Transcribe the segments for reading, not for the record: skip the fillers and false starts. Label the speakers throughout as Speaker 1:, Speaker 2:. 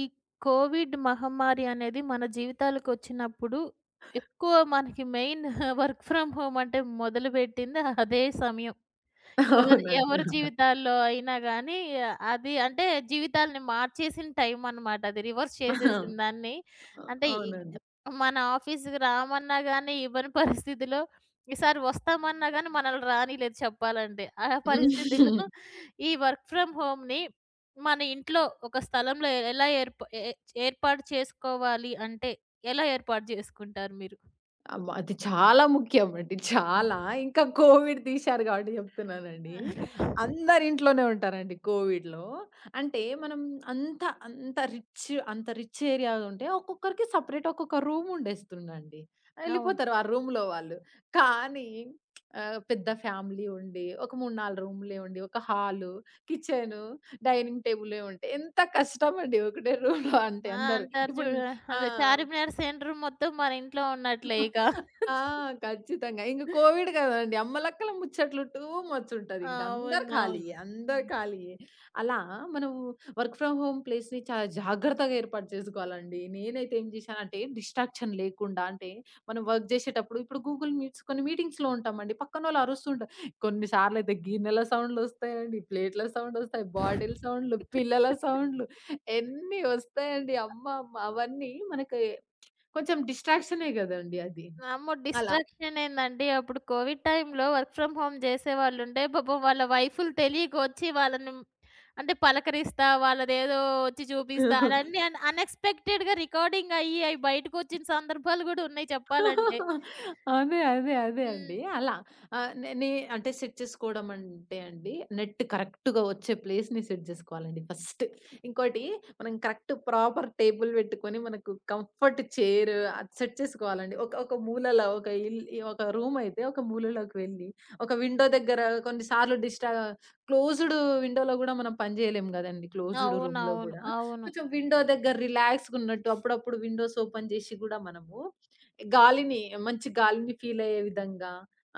Speaker 1: ఈ కోవిడ్ మహమ్మారి అనేది మన జీవితాలకొచ్చినప్పుడు, ఎక్కువ మనకి మెయిన్ వర్క్ ఫ్రమ్ హోమ్ అంటే మొదలుపెట్టింది అదే సమయం. ఎవరి
Speaker 2: అవునండి.
Speaker 1: ఎవరి జీవితాల్లో అయినా గానీ, అది అంటే జీవితాల్ని మార్చేసిన టైం అనమాట. అది రివర్స్ చేసేసిందాన్ని. అంటే ఈ
Speaker 2: అవునండి.
Speaker 1: మన ఆఫీస్‌కి రామన్నా గాని ఇవ్వని పరిస్థితిలో, ఈసారి వస్తామన్నా గాని మనల్ని రానీయలేదు చెప్పాలంటే. ఆ పరిస్థితిలో
Speaker 2: హ్మ్.
Speaker 1: ఈ వర్క్ ఫ్రమ్ హోమ్‌ని మన ఇంట్లో ఒక స్థలంలో ఎ- ఎలా ఏర్ప ఏ ఏర్పాటు చేసుకోవాలి అంటే, ఎలా ఏర్పాటు చేసుకుంటారు మీరు?
Speaker 2: అమ్మ! అది చాలా ముఖ్యం అండి. చాలా. ఇంకా కోవిడ్ తీశారు కాబట్టి చెప్తున్నానండి.
Speaker 1: హ్మ్.
Speaker 2: అందరింట్లోనే ఉంటారండి కోవిడ్‌లో. అంటే మనం అంత, అంత రిచ్ అంత రిచ్ ఏరియా ఉంటే ఒక్కొక్కరికి సెపరేట్ ఒక్కొక్క రూమ్ ఉండేస్తుందండి.
Speaker 1: అవును.
Speaker 2: ఎళ్ళిపోతారు ఆ రూమ్‌లో వాళ్ళు. కానీ పెద్ద ఫ్యామిలీ ఉండి, ఒక 3, 4 రూమ్‌లే ఉండి, ఒక హాలు, కిచెను, డైనింగ్ టేబులే ఉంటే ఎంత కష్టమండి ఒకటే రూమ్‌లో అంటే
Speaker 1: ఆ!
Speaker 2: అందరూ.
Speaker 1: అంటారు
Speaker 2: ఇప్పుడు
Speaker 1: చూడు.
Speaker 2: ఆ!
Speaker 1: అంటే చార్మినార్ సెంటర్ మొత్తం మన ఇంట్లో ఉన్నట్లే ఇక.
Speaker 2: ఆ! ఖచ్చితంగా. ఇంక కోవిడ్ కదండీ! అమ్మలక్కల ముచ్చట్లుట్టూ మచ్చుంటది. ఇంక అందరు
Speaker 1: అవునవును.
Speaker 2: ఖాళీయే. అందరు
Speaker 1: హ్మ్.
Speaker 2: ఖాళీయే. అలా మనం వర్క్ ఫ్రమ్ హోమ్ ప్లేస్‌ని చాలా జాగ్రత్తగా ఏర్పాటు చేసుకోవాలండి. నేనైతే ఏం జేశానంటే డిస్ట్రాక్షన్ లేకుండా అంటే మనం వర్క్ జేసేటప్పుడు ఇప్పుడు గూగుల్ మీట్స్ కొన్ని మీటింగ్స్‌లో ఉంటామండి. పక్కనోళ్ళు అరుస్తుంటారు. కొన్ని సార్లయితే గిన్నెల సౌండ్‌లొస్తాయండి, ప్లేట్‌ల సౌండొస్తాయి, బాటిల్ సౌండ్‌లు, పిల్లల సౌండ్‌లు ఎన్ని ఒస్తాయండి. అమ్మ! అమ్మ! అవన్నీ మనకి కొంచెం డిస్ట్రాక్షనే గదండీ అది.
Speaker 1: వామ్మో!
Speaker 2: అలా.
Speaker 1: డిస్ట్రాక్షన్ ఏందండి. అప్పుడు కోవిడ్ టైమ్‌లో వర్క్ ఫ్రమ్ హోమ్ జేసేవాళ్ళుంటే పాపం వాళ్ళ వైఫులు తెలియక వచ్చి వాళ్ళని అంటే పలకరిస్తా, వాళ్ళదేదో వచ్చి చూపిస్తా అదన్నీ అన్‌ఎక్స్‌పెక్టెడ్‌గా రికార్డింగ్ అయి బయటకొచ్చిన సందర్భాలు గూడా ఉన్నాయి చెప్పాలంటే.
Speaker 2: అదే. అదే. అదే అండి.
Speaker 1: హ్మ్.
Speaker 2: అలా. ఆహ్, నే నే అంటే సెట్ చేసుకోవడం అంటే అండి, నెట్ కరెక్ట్‌గా వచ్చే ప్లేస్‌ని సెట్ చేసుకోవాలండి ఫస్ట్. ఇంకోటి మనం కరెక్ట్ ప్రాపర్ టేబుల్ పెట్టుకొని, మనకు కంఫర్ట్ చైర్ అది సెట్ చేసుకోవాలండి. ఒక ఒక మూలలో ఒక రూమ్ అయితే ఒక మూలలోకి వెళ్ళి, ఒక విండో దగ్గర కొన్ని సార్లు క్లోజ్డ్ విండోలో గూడా మనం పని చేయలేము గదండీ! క్లోజ్డ్ రూమ్‌లో
Speaker 1: అవునవును.
Speaker 2: గూడా.
Speaker 1: అవును.
Speaker 2: కొంచెం విండో దగ్గర రిలాక్స్‌గున్నట్టు అప్పుడప్పుడు విండోస్ ఓపెన్ జేసి గూడా మనము గాలిని మంచి గాలిని ఫీల్ అయ్యే విధంగా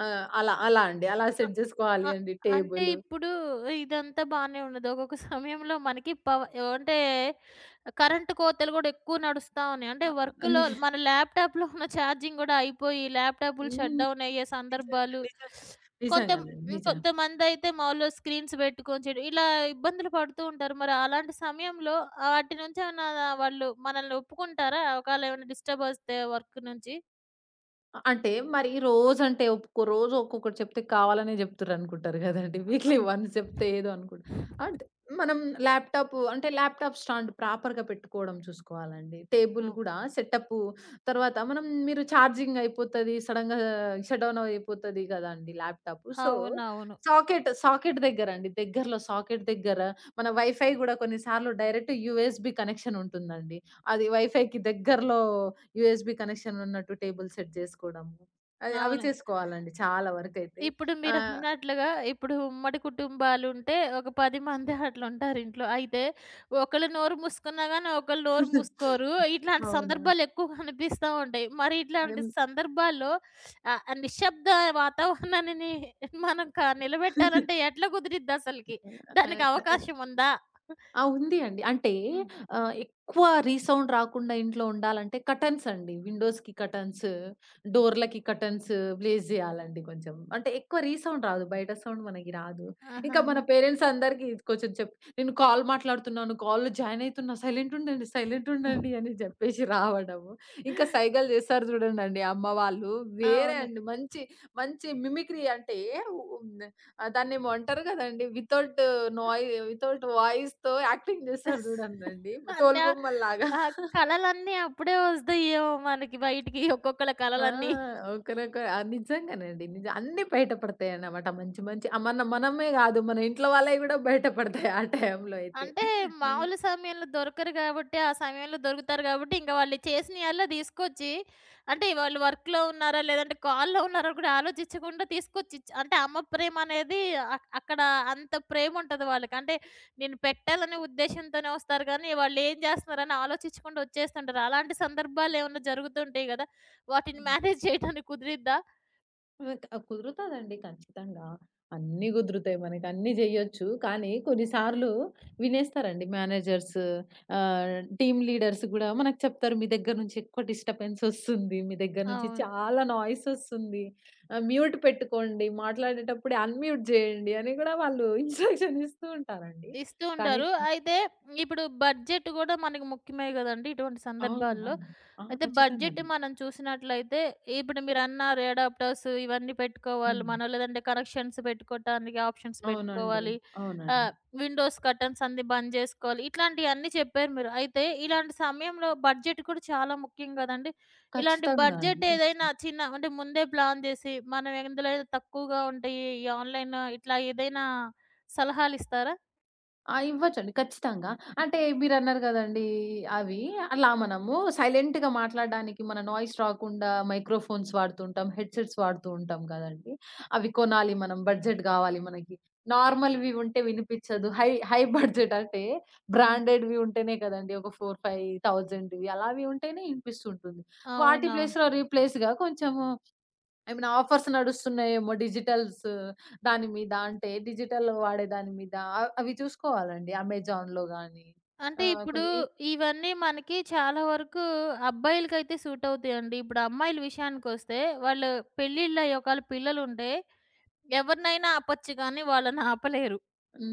Speaker 2: అలా అలా అండి. అలా సెట్ జేసుకోవాలి
Speaker 1: అ
Speaker 2: అండి
Speaker 1: అంటే
Speaker 2: టేబులు.
Speaker 1: ఇప్పుడు ఇదంతా బానే ఉన్నది. ఒక్కొక్క సమయంలో మనకి అంటే కరెంట్ కోతలు గూడా ఎక్కువ నడుస్తా ఉన్నాయి. అంటే వర్క్‌లో
Speaker 2: అన్ని
Speaker 1: మన ల్యాప్‌టాప్‌లో ఉన్న ఛార్జింగ్ గూడా అయిపోయి ల్యాప్‌టాప్‌లు షట్
Speaker 2: హ్మ్.
Speaker 1: డౌన్ అయ్యే
Speaker 2: నిజంగా.
Speaker 1: సందర్భాలు
Speaker 2: నిజంగా.
Speaker 1: కొంత
Speaker 2: నిజంగానండి.
Speaker 1: హ్మ్.
Speaker 2: నిజంగా.
Speaker 1: కొంతమందయితే మాములుగా స్క్రీన్స్ పెట్టుకొని చేయడం ఇలా ఇబ్బందులు పడుతూ ఉంటారు. మరి అలాంటి సమయంలో వాటి నుంచి ఏమన్నా వాళ్ళు మనల్ని ఒప్పుకుంటారా? ఒకవేళ ఏమైనా డిస్టర్బ్ వస్తే వర్క్ నుంచి?
Speaker 2: అంటే మరి రోజంటే ఒప్పుకో రోజు ఒక్కొక్కటి చెప్తే కావాలనే జెప్తురనుకుంటారు గదండీ. వీక్లీ
Speaker 1: అవును.
Speaker 2: వన్స్ జెప్తే ఏదో అనుకుంట అంటే మనం ల్యాప్‌టాప్ స్టాండ్ ప్రాపర్‌గా పెట్టుకోవడం చూసుకోవాలండి. టేబుల్
Speaker 1: అవ్
Speaker 2: గూడా సెటప్పు తర్వాత మనం మీరు ఛార్జింగ్ అయిపోతది. సడెన్‌గా షట్ డౌన్ అయిపోతది గదండీ ల్యాప్‌టాప్. సో,
Speaker 1: అవునవును.
Speaker 2: సాకెట్ సాకెట్ దగ్గరండి. దగ్గరలో సాకెట్ దగ్గర మన వైఫై గూడా కొన్ని సార్లు డైరెక్ట్ యూఎస్‌బీ కనెక్షన్ ఉంటుందండి. అది వైఫైకి దగ్గరలో యూఎస్‌బీ కనెక్షన్ ఉన్నట్టు టేబుల్ సెట్ జేసుకోవడము. అయి అవి
Speaker 1: అవును.
Speaker 2: చేసుకోవాలండి చాలా వరకైతే.
Speaker 1: ఇప్పుడు
Speaker 2: ఆహ్,
Speaker 1: మీరన్నట్లుగా ఇప్పుడు ఉమ్మడి కుటుంబాలుంటే ఒక 10 మంది అట్లుంటారు ఇంట్లో. అయితే ఒకళ్ళు నోరు మూసుకున్నా గానీ, ఒకళ్ళు నోరు మూసుకోరు. ఇట్లాంటి
Speaker 2: అవునా!
Speaker 1: సందర్భాలు ఎక్కువ కనిపిస్తా ఉంటాయి. మరి
Speaker 2: అదేం
Speaker 1: ఇట్లాంటి సందర్భాల్లో ఆ నిశ్శబ్ద వాతావరణాన్ని మనం నిలబెట్టాలంటే ఎట్లా కుదిరిద్దసలకి?
Speaker 2: ఆహ్,
Speaker 1: దానికి
Speaker 2: ఆహ్
Speaker 1: అవకాశం ఉందా?
Speaker 2: ఆ! ఉంది అండి. అంటే
Speaker 1: హ్మ్.
Speaker 2: ఎక్కువ రీసౌండ్ రాకుండా ఇంట్లో ఉండాలంటే కర్టెన్స్ అండి. విండోస్‌కి కర్టెన్స్, డోర్‌లకి కర్టెన్స్ బ్లేజ్ జేయాలండి కొంచెం. అంటే ఎక్కువ రీసౌండ్ రాదు. బయట సౌండ్ మనకి రాదు. ఇంకా మన
Speaker 1: ఆహాహా!
Speaker 2: పేరెంట్స్ అందరికీ కొంచెం చెప్ నేను కాల్ మాట్లాడుతున్నాను, కాల్‌లో జాయిన్ అయితున్నా సైలెంట్ ఉండండి అని జెప్పేసి రావడము. ఇంకా సైగలు జేస్తారు జూడండండి అమ్మ వాళ్ళు వేరే
Speaker 1: అవును.
Speaker 2: అండి. మంచి మంచి మిమిక్రీ అంటే ఆ! దాన్నేమో అంటారు గదండీ! నాయ్ వితౌట్ వాయిస్‌తో యాక్టింగ్ జేస్తారు జూడండండి.
Speaker 1: అన్న
Speaker 2: తోలుబొమ్మల్లాగా.
Speaker 1: నా కలలన్నీ అప్పుడే వస్తాయేమో మనకి బయటికి ఒక్కొక్కళ్ళ
Speaker 2: ఆ!
Speaker 1: కలలన్నీ.
Speaker 2: ఒకరొక నిజంగానండి. నిజం అన్నీ బయటపడతాయన్నమాట. మంచి మంచి మన మనమే గాదు మన ఇంట్లో వాళ్ళయి గూడా బయటపడతాయి ఆ టైంలో అయితే.
Speaker 1: అంటే మామూలు సమయంలో దొరకరు గాబట్టి, ఆ సమయంలో దొరుకుతారు గాబట్టి, ఇంక వాళ్ళు చేసినయల్లా తీసుకొచ్చి అంటే వాళ్ళు వర్క్‌లో ఉన్నారా? లేదంటే కాల్‌లో ఉన్నారా? కూడా ఆలోచించకుండా తీసుకొచ్చి అంటే అమ్మ ప్రేమనేది అక్కడ అంత ప్రేముంటది వాళ్ళకి. అంటే నేను పెట్టాలనే ఉద్దేశ్యంతోనే వస్తారు గానీ, వాళ్ళేం జేస్తున్నారని ఆలోచించకుండా వచ్చేస్తుంటారు. అలాంటి సందర్భాలేమన్నా జరుగుతుంటాయి గదా!
Speaker 2: ఆ!
Speaker 1: వాటిని మేనేజ్ చేయటానికి కుదిరిద్దా?
Speaker 2: హ్మ్. కుదురుతదండి ఖచ్చితంగా. అన్నీ కుదురుతాయి మనకి. అన్నీ జేయొచ్చు. కానీ కొన్నిసార్లు వినేస్తారండి మేనేజర్స్, ఆహ్, టీమ్ లీడర్స్ గూడా మనకు చెప్తారు. మీ దగ్గర నుంచి ఎక్కువ డిస్టర్బెన్స్ ఒస్తుంది. మీ దగ్గర నుంచి
Speaker 1: అవును.
Speaker 2: చాలా నాయిస్ ఒస్తుంది. మ్యూట్ పెట్టుకోండి. మాట్లాడేటప్పుడే అన్‌మ్యూట్ జేయండి అని గూడా వాళ్ళు ఇన్‌స్ట్రక్షన్ ఇస్తూ ఉంటారండి.
Speaker 1: ఇస్తూ
Speaker 2: కానీ
Speaker 1: ఉంటారు. అయితే ఇప్పుడు బడ్జెట్ గూడా మనకి ముఖ్యమే గదండీ! ఇటువంటి
Speaker 2: అవును.
Speaker 1: సందర్భాల్లో.
Speaker 2: అవును. ఆ!
Speaker 1: అయితే బడ్జెట్
Speaker 2: ఖచ్చితంగానండి.
Speaker 1: మనం చూసినట్లయితే ఇప్పుడు మీరన్నారు అడాప్టర్స్ ఇవన్నీ పెట్టుకోవాలి
Speaker 2: హ్మ్.
Speaker 1: మనం. లేదంటే కనెక్షన్స్ పెట్టుకోటానికి ఆప్షన్స్
Speaker 2: అవునండి.
Speaker 1: పెట్టుకోవాలి.
Speaker 2: అవునండి.
Speaker 1: ఆహ్, విండోస్ కర్టన్స్ అన్నీ బంద్ జేసుకోవాలి. ఇట్లాంటియన్నీ చెప్పారు మీరు. అయితే ఇలాంటి సమయంలో బడ్జెట్ కూడా చాలా ముఖ్యం గదండీ! ఇలాంటి
Speaker 2: ఖచ్చితంగా అండి.
Speaker 1: బడ్జెట్ ఏదైనా
Speaker 2: ఖచ్చితంగా.
Speaker 1: చిన్న అంటే ముందే ప్లాన్ జేసి మనం ఎందులో అయితే తక్కువగా ఉంటాయి ఈ ఆన్‌లైన్ ఇట్లా ఏదైనా సలహాలిస్తారా?
Speaker 2: ఆ! ఇవ్వచ్చండి. ఖచ్చితంగా. అంటే మీరన్నారు గదండీ! అవి అలా మనము సైలెంట్‌గా మాట్లాడడానికి మన నాయిస్ రాకుండా మైక్రోఫోన్స్ వాడుతుంటాం. హెడ్‌సెట్స్ వాడుతూ ఉంటాం గదండీ! అవి కొనాలి మనం. బడ్జెట్ గావాలి మనకి. నార్మల్‌వి ఉంటే వినిపిచ్చదు. హై హై బడ్జెట్ అంటే
Speaker 1: హ్మ్.
Speaker 2: బ్రాండెడ్‌వి ఉంటేనే కదండీ! ఒక 4, 5 థౌసండ్‌వి అలావి ఉంటేనే ఇనిపిస్తుంటుంది. వాటి
Speaker 1: అవునవును.
Speaker 2: ప్లేస్‌లో రీప్లేస్‌గా కొంచెము ఐ మీన్ ఆఫర్స్ నడుస్తున్నాయేమో డిజిటల్స్ దాని మీద అంటే డిజిటల్ వాడే దాని మీద అవి చూసుకోవాలండి. అమెజాన్‌లో గాని
Speaker 1: అంటే ఇప్పుడు
Speaker 2: కొన్ని
Speaker 1: ఇవన్నీ మనకి చాలా వరకు అబ్బాయిలకైతే సూట్ అవుతాయండి. ఇప్పుడు అమ్మాయిల విషయానికొస్తే వాళ్ళు పెళ్ళిళ్ళయ్యి ఒకవేళ పిల్లలుంటే ఎవరినైనా ఆపొచ్చు కానీ వాళ్ళని ఆపలేరు.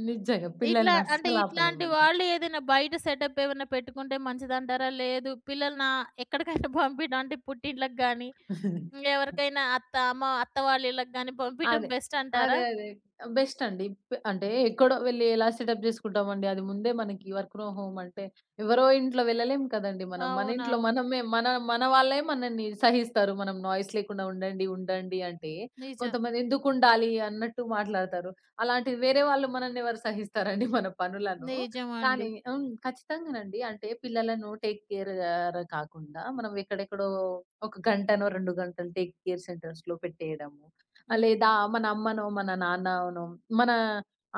Speaker 2: నిజంగా
Speaker 1: ఇట్లా
Speaker 2: పిల్లల్ని
Speaker 1: అంటే
Speaker 2: అస్సలు
Speaker 1: ఇట్లాంటి
Speaker 2: ఆపలేమండి.
Speaker 1: వాళ్ళు ఏదైనా బయట సెటప్ ఏమైనా పెట్టుకుంటే మంచిదంటారా? లేదు పిల్లల్ని ఎక్కడికైనా పంపియడం అంటే పుట్టింట్లకి గానీ, ఎవరికైనా అత్త, అమ్మ అత్త వాళ్ళ ఇళ్ళకి గానీ పంపియడం
Speaker 2: అదే.
Speaker 1: బెస్ట్
Speaker 2: అదే.
Speaker 1: అంటారా?
Speaker 2: అదే. బెస్ట్ అండి. ఇప్ అంటే ఎక్కడో వెళ్లి ఎలా సెటప్ చేసుకుంటామండి. అది ముందే మనకి వర్క్ ఫ్రమ్ హోమ్ అంటే ఎవరో ఇంట్లో వెళ్ళలేం కదండీ మనం. మన ఇంట్లో
Speaker 1: అవునవును.
Speaker 2: మనమే మన మన వాళ్ళే మనల్ని సహిస్తారు. మనం నాయిస్ లేకుండా ఉండండి అంటే
Speaker 1: నిజం.
Speaker 2: కొంతమంది ఎందుకుండాలి అన్నట్టు మాట్లాడతారు. అలాంటి వేరే వాళ్ళు మనల్ని ఎవరు సహిస్తారండి మన పనులను.
Speaker 1: నిజమండి.
Speaker 2: కానీ హ్మ్. ఖచ్చితంగానండి. అంటే పిల్లలను టేక్ కేర్ కాకుండా మనం ఎక్కడెక్కడో ఒక గంటనో, 2 గంటలు టేక్ కేర్ సెంటర్స్‌లో పెట్టేయడము. ఆ!
Speaker 1: హ్మ్.
Speaker 2: లేదా మన అమ్మనో, మన నాన్ననో, మన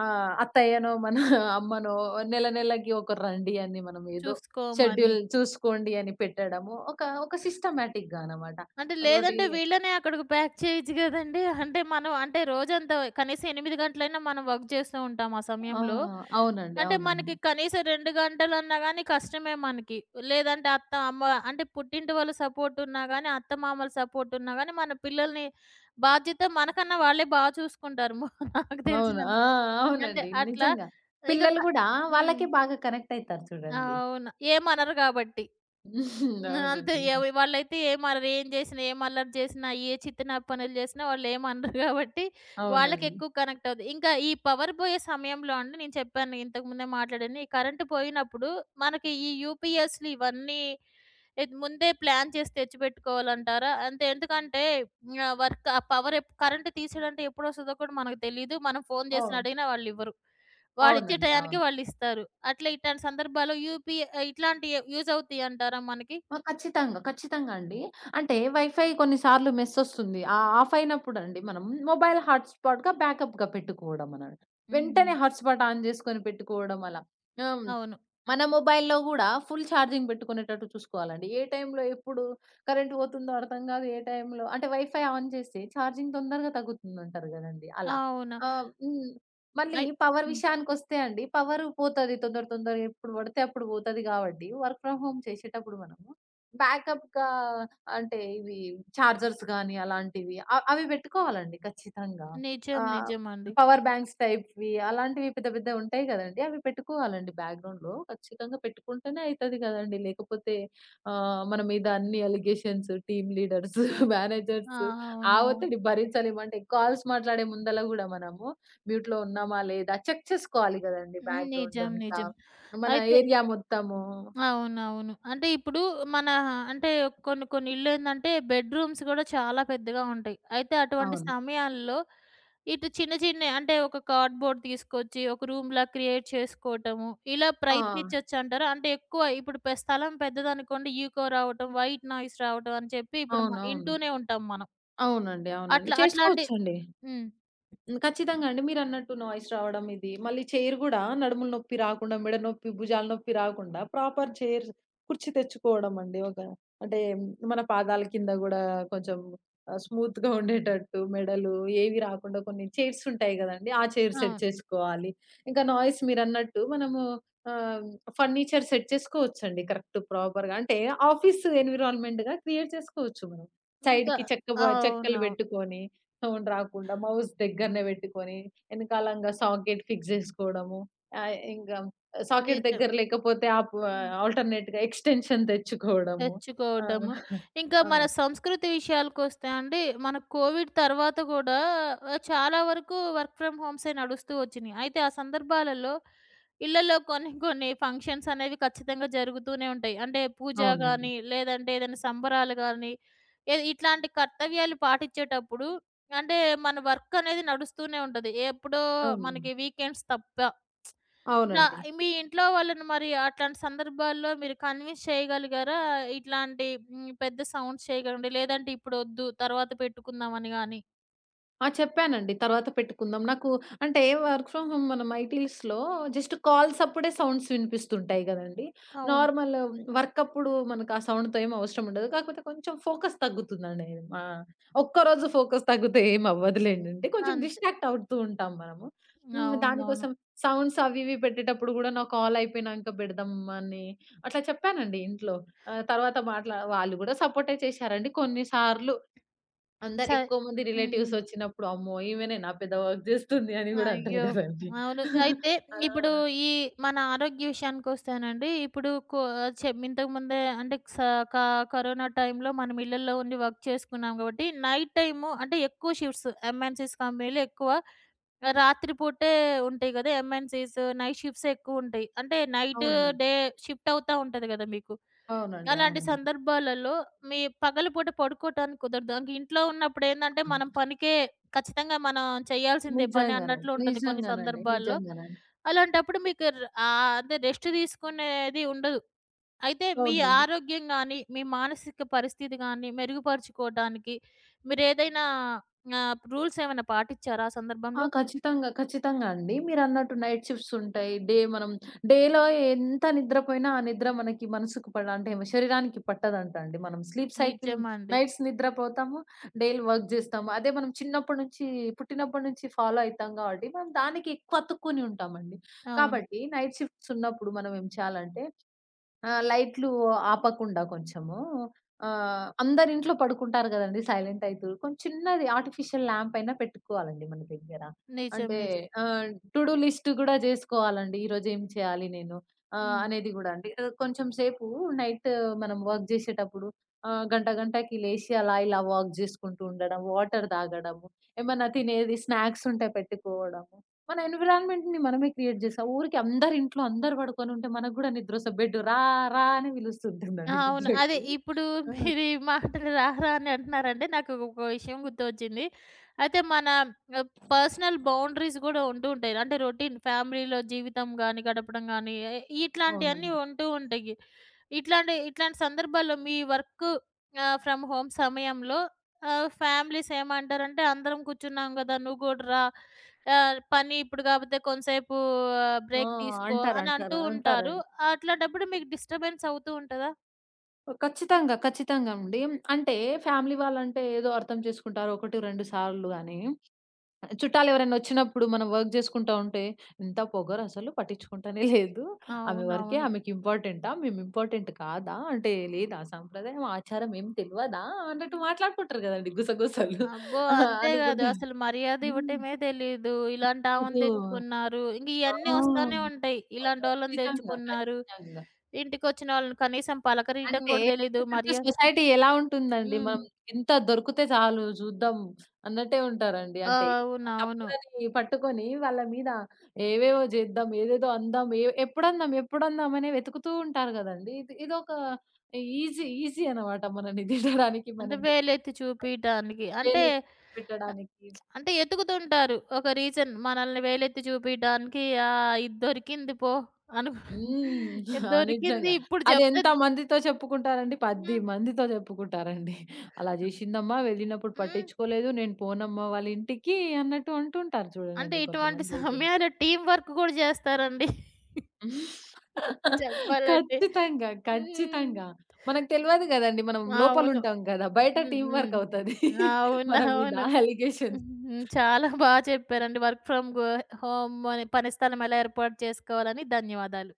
Speaker 2: అత్తయ్యనో, మన అమ్మనో నెల నెలకి ఒకరు రండి అని మనం ఏదో
Speaker 1: చూసుకోమని.
Speaker 2: షెడ్యూల్ చూసుకోండి అని పెట్టడము. ఒక ఒక సిస్టమాటిక్‌గా అనమాట.
Speaker 1: అంటే
Speaker 2: రోటీ
Speaker 1: లేదంటే వీళ్ళనే అక్కడికి ప్యాక్ చేయొచ్చు గదండీ! అంటే మనం అంటే రోజంతా కనీసం 8 గంటలైనా మనం వర్క్ చేస్తూ ఉంటాం ఆ
Speaker 2: ఆ!
Speaker 1: సమయంలో.
Speaker 2: అవునండి.
Speaker 1: అంటే
Speaker 2: అవునండి.
Speaker 1: మనకి కనీసం 2 గంటలన్నా గాని కష్టమే మనకి. లేదంటే అత్త, అమ్మ అంటే పుట్టింటి వాళ్ళ సపోర్ట్ ఉన్నా గాని, అత్తమామల సపోర్ట్ ఉన్నా గాని మన పిల్లల్ని బాధ్యత మనకన్నా వాళ్ళే బా చూసుకుంటారు. నాకు
Speaker 2: అవును.
Speaker 1: తెలిసినంత.
Speaker 2: ఆ!
Speaker 1: అంటే
Speaker 2: అవునండి.
Speaker 1: అట్లా
Speaker 2: నిజంగా.
Speaker 1: ఇంకా
Speaker 2: పిల్లలు
Speaker 1: క
Speaker 2: గూడా
Speaker 1: హ్మ్.
Speaker 2: వాళ్ళకే బాగా కనెక్ట్ అయితారు చూడండి.
Speaker 1: అవును. ఏమనరు గాబట్టి. హ్మ్. అంతే.
Speaker 2: అవునండి.
Speaker 1: వాళ్ళైతే ఏం అల్లరి ఏం చేసినా, ఏం అల్లరి చేసినా, ఏ చిత్త పనులు చేసినా వాళ్ళేమనరు కాబట్టి
Speaker 2: అవునండి.
Speaker 1: వాళ్ళకెక్కువ కనెక్ట్ అవుద్ది. ఇంకా ఈ పవర్ పోయే సమయంలో అండి నేను చెప్పాను ఇంతకు ముందే మాట్లాడాను. ఈ కరెంట్ పోయినప్పుడు మనకి ఈ యూపీఎస్‌లు ఇవన్నీ ఇది ముందే ప్లాన్ చేసి తెచ్చిపెట్టుకోవాలంటారా? అంటే ఎందుకంటే వర్క్ ఆ పవర్ కరెంట్ తీసేయడంటే ఎప్పుడొస్తదో కూడా మనకు తెలీదు. మనం ఫోన్ చేసినా
Speaker 2: అవును.
Speaker 1: అడిగినా వాళ్ళివ్వరు. వాడిచ్చే
Speaker 2: అవునండి.
Speaker 1: టయానికి
Speaker 2: అవును.
Speaker 1: వాళ్ళిస్తారు. అట్లా ఇట్లాంటి సందర్భాల్లో యూపీఐ ఇట్లాంటియి యూజ్ అవుతాయంటారా మనకి?
Speaker 2: ఆ! ఖచ్చితంగా. ఖచ్చితంగా అండి. అంటే
Speaker 1: హ్మ్.
Speaker 2: వైఫై కొన్నిసార్లు మెస్సొస్తుంది. ఆ ఆఫ్ అయినప్పుడండి మనం మొబైల్ హాట్‌స్పాట్‌గా బ్యాకప్‌గా పెట్టుకోవడం అన
Speaker 1: హుహు.
Speaker 2: వెంటనే హాట్‌స్పాట్ ఆన్ జేసుకొని పెట్టుకోవడం అలా. ఆ!
Speaker 1: అవును.
Speaker 2: మన మొబైల్‌లో గూడా ఫుల్ ఛార్జింగ్ పెట్టుకునేటట్టు చూసుకోవాలండి. ఏ టైంలో ఎప్పుడు కరెంట్ పోతుందో అర్థం గాదు. ఏ టైంలో అంటే వైఫై ఆన్ చేస్తే ఛార్జింగ్ తొందరగా తగ్గుతుందంటారు గదండీ! అలా.
Speaker 1: అవును.
Speaker 2: హ్మ్. మళ్ళీ
Speaker 1: అయి
Speaker 2: పవర్
Speaker 1: హ్మ్.
Speaker 2: విషయానికొస్తే అండి పవరు పోతది తొందరగా ఎప్పుడు పడితే అప్పుడు పోతది గాబట్టి వర్క్ ఫ్రమ్ హోమ్ చేసేటప్పుడు మనము బ్యాకప్‌గా అంటే ఇవి చార్జర్స్ గానీ అలాంటివి అవి పెట్టుకోవాలండి ఖచ్చితంగా. ఆ!
Speaker 1: నిజం. నిజమండి.
Speaker 2: పవర్ బ్యాంక్స్ టైప్‌వి అలాంటివి పెద్ద పెద్దవి ఉంటాయి గదండీ! అవి పెట్టుకోవాలండి బ్యాక్‌గ్రౌండ్‌లో. ఖచ్చితంగా పెట్టుకుంటేనే అయితది గదండీ! లేకపోతే మన మీద అన్ని అలిగేషన్స్, టీమ్ లీడర్స్,
Speaker 1: ఆ!
Speaker 2: మేనేజర్స్ ఆ
Speaker 1: అవునవును.
Speaker 2: ఒత్తిడి భరించలేమంటే కాల్స్ మాట్లాడే ముందల గూడా మనము మ్యూట్‌లో ఉన్నామా? లేదా? చెక్ చేసుకోవాలి గదండీ!
Speaker 1: హ్మ్.
Speaker 2: బ్యాక్‌గ్రౌండ్
Speaker 1: నిజం.
Speaker 2: అంతా.
Speaker 1: నిజం.
Speaker 2: మన
Speaker 1: అయితే
Speaker 2: ఏరియా మొత్తము.
Speaker 1: అవునవును. అంటే ఇప్పుడు మన అంటే కొన్ని కొన్ని ఇల్లేందంటే బెడ్‌రూమ్స్ గూడా చాలా పెద్దగా ఉంటాయి. అయితే అటువంటి
Speaker 2: అవును.
Speaker 1: సమయాల్లో ఇటు చిన్న చిన్నయి అంటే ఒక కార్డ్‌బోర్డ్ తీసుకొచ్చి ఒక రూమ్‌లా క్రియేట్ చేసుకోవటము, ఇలా
Speaker 2: ఆ!
Speaker 1: ప్రయత్నించొచ్చంటారా? అంటే ఎక్కువ ఇప్పుడు స్థలం పెద్దదనుకోండి ఈకో రావటం, వైట్ నాయిస్ రావటం అని చెప్పి ఇప్పుడు
Speaker 2: అవునవును.
Speaker 1: ఇంటూనే ఉంటాం మనం.
Speaker 2: అవునండి. అవునండి.
Speaker 1: అట్లా అట్లాంటి
Speaker 2: చేసుకోవచ్చండి.
Speaker 1: హ్మ్.
Speaker 2: హ్మ్. ఖచ్చితంగా అండి. మీరన్నట్టు నాయిస్ రావడం ఇది. మళ్ళీ చైర్ గూడా నడుముల నొప్పి రాకుండా, మెడ నొప్పి, భుజాల నొప్పి రాకుండా ప్రాపర్
Speaker 1: హ్మ్.
Speaker 2: చైర్ కుర్చీ తెచ్చుకోవడం అండి. ఒక అంటే మన పాదాల కింద గూడా కొంచెం స్మూత్‌గా ఉండేటట్టు మెడలు ఏవి రాకుండా కొన్ని చైర్స్ ఉంటాయి గదండీ! ఆ చైర్ సెట్
Speaker 1: అవును.
Speaker 2: చేసుకోవాలి. ఇంకా నాయిస్ మీరన్నట్టు మనము ఆహ్, ఫర్నిచర్ సెట్ చేసుకోవచ్చండి. కరెక్ట్ ప్రాపర్‌గా అంటే ఆఫీస్ ఎన్విరాన్మెంట్‌గా క్రియేట్ చేసుకోవచ్చు మనం.
Speaker 1: ఇంకా
Speaker 2: సైడ్‌కి చెక్కలు
Speaker 1: అవునవును.
Speaker 2: పెట్టుకొని సౌండ్ రాకుండా మౌస్ దగ్గరనే పెట్టుకొని, ఎనకాలంగా సాకెట్ ఫిక్స్ జేసుకోవడము. ఇంకా సాకెట్
Speaker 1: నిజం.
Speaker 2: దగ్గర లేకపోతే ఆప్
Speaker 1: హ్మ్.
Speaker 2: ఆల్టర్‌నేట్‌గా ఎక్స్‌టెన్షన్ తెచ్చుకోవడము. ఆ!
Speaker 1: తెచ్చుకోవడము. ఇంకా
Speaker 2: ఆ!
Speaker 1: మన సంస్కృతి విషయాలకొస్తే అండి, మన కోవిడ్ తర్వాత గూడా చాలా వరకు వర్క్ ఫ్రమ్ హోమ్సే నడుస్తూ వచ్చినియి. అయితే ఆ సందర్భాలలో ఇళ్లలో కొన్ని కొన్ని ఫంక్షన్స్ అనేవి ఖచ్చితంగా జరుగుతూనే ఉంటాయి. అంటే పూజ
Speaker 2: అవునండి.
Speaker 1: గాని, లేదంటే ఏదైనా సంబరాలు గాని, ఏ ఇట్లాంటి కర్తవ్యాలు పాటించేటప్పుడు అంటే మన వర్క్ అనేది నడుస్తూనే ఉంటది. ఎప్పుడో
Speaker 2: అవునండి.
Speaker 1: మనకి వీకెండ్స్ తప్ప. నా
Speaker 2: అవునండి.
Speaker 1: మీ ఇంట్లో వాళ్ళని మరి అట్లాంటి సందర్భాల్లో మీరు కన్విన్స్ చేయగలిగారా? ఇట్లాంటి హ్మ్. పెద్ద సౌండ్స్ చేయకండి. లేదంటే ఇప్పుడొద్దు తర్వాత పెట్టుకుందాం అని గాని.
Speaker 2: ఆ! చెప్పానండి. తర్వాత పెట్టుకుందాం. నాకు అంటే వర్క్ ఫ్రమ్ హోమ్ మనం ఐటీస్‌లో జస్ట్ కాల్స్ అప్పుడే సౌండ్స్ వినిపిస్తుంటాయి గదండీ!
Speaker 1: అవును.
Speaker 2: నార్మల్ వర్క్ అప్పుడు మనకు ఆ సౌండ్‌తో ఏం అవసరం ఉండదు. కాకపోతే కొంచెం ఫోకస్ తగ్గుతుందండి. మా ఒక్కరోజు ఫోకస్ తగ్గితే ఏం అవ్వదులేండండి. కొంచెం
Speaker 1: అంతే.
Speaker 2: డిస్ట్రాక్ట్ అవుతూ ఉంటాం మనము. హ్మ్.
Speaker 1: అవునవును.
Speaker 2: దానికోసం సౌండ్స్ అవి ఇవి పెట్టేటప్పుడు గూడా నా కాల్ అయిపోయినాంక పెడదాం అని అట్లా చెప్పానండి ఇంట్లో. తర్వాత మాట్లా వాళ్ళు గూడా సపోర్టే చేశారండి. కొన్ని సార్లు అందరు
Speaker 1: సరే.
Speaker 2: ఎక్కువ మంది
Speaker 1: హ్మ్.
Speaker 2: రిలేటివ్స్ వచ్చినప్పుడు, అమ్మో! ఈమెనేనా పెద్ద వర్క్ జేస్తుంది అని గూడా అంటారు
Speaker 1: అయ్యో!
Speaker 2: గదండీ.
Speaker 1: అవును. అయితే
Speaker 2: ఆ!
Speaker 1: ఇప్పుడు ఈ మన ఆరోగ్య విషయానికొస్తేనండి, ఇప్పుడు ఇంతకుముందే అంటే క కరోనా టైంలో మనం ఇళ్లల్లో ఉండి వర్క్ చేసుకున్నాం కాబట్టి, నైట్ టైము అంటే ఎక్కువ షిఫ్ట్స్ ఎంఎన్‌సీస్ కంపెనీలు ఎక్కువ రాత్రి పూటే ఉంటాయి గదా! ఎంఎన్‌సీస్ నైట్ షిఫ్ట్స్ ఎక్కువుంటాయి. అంటే నైట్,
Speaker 2: అవునండి.
Speaker 1: డే షిఫ్ట్ అవుతా ఉంటది గదా మీకు.
Speaker 2: అవునండి.
Speaker 1: అలాంటి
Speaker 2: అవునండి.
Speaker 1: సందర్భాలలో మీ పగలుపూట పడుకోటానికి కుదరదు. ఇంక ఇంట్లో ఉన్నప్పుడేందంటే, మనం పనికే ఖచ్చితంగా మనం చేయాల్సిందే పని
Speaker 2: నిజంగానండి.
Speaker 1: అన్నట్లు ఉంటది కొన్ని
Speaker 2: నిజంగానండి.
Speaker 1: సందర్భాల్లో.
Speaker 2: నిజంగానండి.
Speaker 1: అలాంటప్పుడు మీకు అదే రెస్ట్ తీసుకునేది ఉండదు. అయితే మీ
Speaker 2: అవునండి.
Speaker 1: ఆరోగ్యం గానీ, మీ మానసిక పరిస్థితి గానీ మెరుగుపరుచుకోవడానికి మీరేదైనా రూల్స్ ఏమైనా పాటిచ్చారా ఆ
Speaker 2: ఆ!
Speaker 1: సందర్భంలో?
Speaker 2: ఖచ్చితంగా. ఖచ్చితంగా అండి. మీరన్నట్టు నైట్ షిఫ్ట్స్ ఉంటాయి. డే మనం డేలో ఎంత నిద్రపోయినా ఆ నిద్ర మనకి మనసుకు పడ అంటే శరీరానికి పట్టదంట అండి. మనం స్లీప్ సైకిల్
Speaker 1: నిజమండి.
Speaker 2: నైట్స్ నిద్రపోతాము. డేలు వర్క్ జేస్తాము. అదే మనం చిన్నప్పటి నుంచి పుట్టినప్పటి నుంచి ఫాలో అయితాం కాబట్టి మనం దానికి ఎక్కువ అతుక్కొని ఉంటామండి.
Speaker 1: అవును.
Speaker 2: కాబట్టి నైట్ షిఫ్ట్స్ ఉన్నప్పుడు మనం ఏం చేయాలంటే ఆ! లైట్లు ఆపకుండా కొంచెము అందరింట్లో పడుకుంటారు గదండీ! సైలెంట్ అయితూ. కొంచెం చిన్నది ఆర్టిఫిషియల్ ల్యాంప్ అయినా పెట్టుకోవాలండి మన దగ్గర.
Speaker 1: నిజం.
Speaker 2: అంటే
Speaker 1: నిజం.
Speaker 2: ఆహ్, టు డూ లిస్ట్ గూడా జేసుకోవాలండి. ఈరోజు ఏం చేయాలి నేను
Speaker 1: హ్మ్.
Speaker 2: అనేది గూడా అండి. కొంచెం సేపు నైట్ మనం వర్క్ జేసేటప్పుడు గంట గంటకి లేసి అలా ఇలా వాక్ జేసుకుంటూ ఉండడం, వాటర్ తాగడము, ఏమన్నా తినేది స్నాక్స్ ఉంటే పెట్టుకోవడము. మన ఎన్విరాన్మెంట్‌ని మనమే క్రియేట్ చేసాం. ఊరికే అందరి ఇంట్లో అందరు పడుకొనుంటే మనకు గూడా నిద్రొస్తది. బెడ్ రా! రా! అని
Speaker 1: ఆ,
Speaker 2: పిలుస్తుంటుందండి
Speaker 1: అవును. అదే
Speaker 2: నిద్రకి.
Speaker 1: ఇప్పుడు
Speaker 2: ఆ!
Speaker 1: మీరు ఈ మాటలు రారా అని అంటున్నారంటే నాకు ఒక విషయం గుర్తొచ్చింది. అయితే మన పర్సనల్ బౌండరీస్ గూడా ఉంటూ ఉంటాయి. అంటే రొటీన్ ఫ్యామిలీలో జీవితం గాని, గడపడం గాని ఇట్లాంటియన్నీ
Speaker 2: అవునండి.
Speaker 1: ఉంటూ ఉంటాయి. ఇట్లాంటి ఇట్లాంటి సందర్భాల్లో మీ వర్క్ ఫ్రమ్ హోమ్ సమయంలో ఫ్యామిలీస్ ఏమంటారంటే అందరం కూర్చున్నాం గదా! నువ్వు గూడా రా. పని ఇప్పుడు గాకపోతే కొంసేపు
Speaker 2: ఆ!
Speaker 1: బ్రేక్ తీసుకో
Speaker 2: అంటారు.
Speaker 1: అని
Speaker 2: అంటారు.
Speaker 1: అంటూ ఉంటారు.
Speaker 2: అంటారండి.
Speaker 1: అట్లాంటప్పుడు మీకు డిస్టర్బెన్స్ అవుతూ ఉంటదా?
Speaker 2: ఖచ్చితంగా. ఖచ్చితంగా అండి. అంటే ఫ్యామిలీ వాళ్ళంటే ఏదో అర్థం చేసుకుంటారు. 1, 2 సార్లు గాని చుట్టాలెవరైనా ఒచ్చినప్పుడు మనం వర్క్ జేసుకుంటా ఉంటే, "ఎంత పొగరసలు పట్టించుకుంటానే లేదు. ఆమె వర్కే
Speaker 1: అవునవును.
Speaker 2: ఆమెకి ఇంపార్టెంటా? మేము ఇంపార్టెంట్ కాదా? అంటే లేదా సాంప్రదాయం, ఆచారం ఏం తెలవదా?" అన్నట్టు
Speaker 1: హ్మ్.
Speaker 2: మాట్లాడుకుంటారు గదండీ గుసగుసలు.
Speaker 1: అబ్బో! అంతేగాదు
Speaker 2: అనుకుంటా.
Speaker 1: అసలు మర్యాద
Speaker 2: హ్మ్.
Speaker 1: ఇవ్వటమే తెలీదు. ఇలాంటామెను
Speaker 2: అదో
Speaker 1: తెచ్చుకున్నారు. ఇంక ఇయన్నీ
Speaker 2: ఆ!
Speaker 1: వస్తానే ఉంటాయి. ఇలాంటోళ్ళని
Speaker 2: ఖచ్చితంగా.
Speaker 1: తెచ్చుకున్నారు.
Speaker 2: ఖచ్చితంగా.
Speaker 1: ఇంటికొచ్చిన వాళ్ళని కనీసం పలకరీయటం
Speaker 2: అంటే
Speaker 1: కూడా తెలీదు.
Speaker 2: చుట్టూ సొసైటీ ఎలా ఉంటుందండి?
Speaker 1: హ్మ్.
Speaker 2: మనం ఇంత దొరికితే చాలు జూద్దాం అన్నట్టే ఉంటారండి.
Speaker 1: ఆ!
Speaker 2: అంటే ఆ
Speaker 1: అవునవును.
Speaker 2: తప్పులని పట్టుకొని వాళ్ళ మీద ఏవేవో జేద్దాం, ఏదేదో అందాం, ఏ ఎప్పుడందాం, ఎప్పుడందాం అనే వెతుకుతూ ఉంటారు గదండీ! ఇదొక ఈజీ ఈజీ అనమాట మనల్ని తిట్టడానికి,
Speaker 1: అంటే
Speaker 2: మనల్ని
Speaker 1: వేలెత్తి చూపియటానికి. అంటే
Speaker 2: వేలెత్తి
Speaker 1: ఆహ్,
Speaker 2: చూపెట్టడానికి.
Speaker 1: అంటే ఎతుకుతుంటారు. ఒక రీజన్ మనల్ని వేలెత్తి చూపియటానికి ఇది దొరికింది పో అను
Speaker 2: హ్మ్.
Speaker 1: ఇది
Speaker 2: ఆ!
Speaker 1: దొరికింది
Speaker 2: నిజంగా.
Speaker 1: ఇప్పుడు చెప్తే
Speaker 2: అదెంత మందితో చెప్పుకుంటారండి? 10
Speaker 1: హ్మ్.
Speaker 2: మందితో చెప్పుకుంటారండి. అలా జేషిందమ్మా వెళ్ళినప్పుడు
Speaker 1: హ్మ్.
Speaker 2: పట్టించుకోలేదు. నేను పోనమ్మా వాళ్ళ ఇంటికి అన్నట్టు అంటుంటారు
Speaker 1: అంటే
Speaker 2: చూడనండి
Speaker 1: ఇటువంటి
Speaker 2: కొంతమందైతే.
Speaker 1: సమయాల్లో టీమ్ వర్క్ గూడా జేస్తారండి చెప్పాలంటే.
Speaker 2: ఖచ్చితంగా.
Speaker 1: హ్మ్.
Speaker 2: ఖచ్చితంగా. మనకు తెలవదు గదండీ. మనం
Speaker 1: అవును.
Speaker 2: లోపలుంటాం గదా! బయట
Speaker 1: హ్మ్.
Speaker 2: టీమ్
Speaker 1: హ్మ్.
Speaker 2: వర్క్ అవుతది. మన మీద
Speaker 1: అవునవును.
Speaker 2: అలిగేషన్స్.
Speaker 1: హ్మ్. చాలా బా చెప్పారండి. వర్క్ ఫ్రమ్ గో హోమ్ అనే పని స్థలం ఎలా ఏర్పాటు చేసుకోవాలని. ధన్యవాదాలు.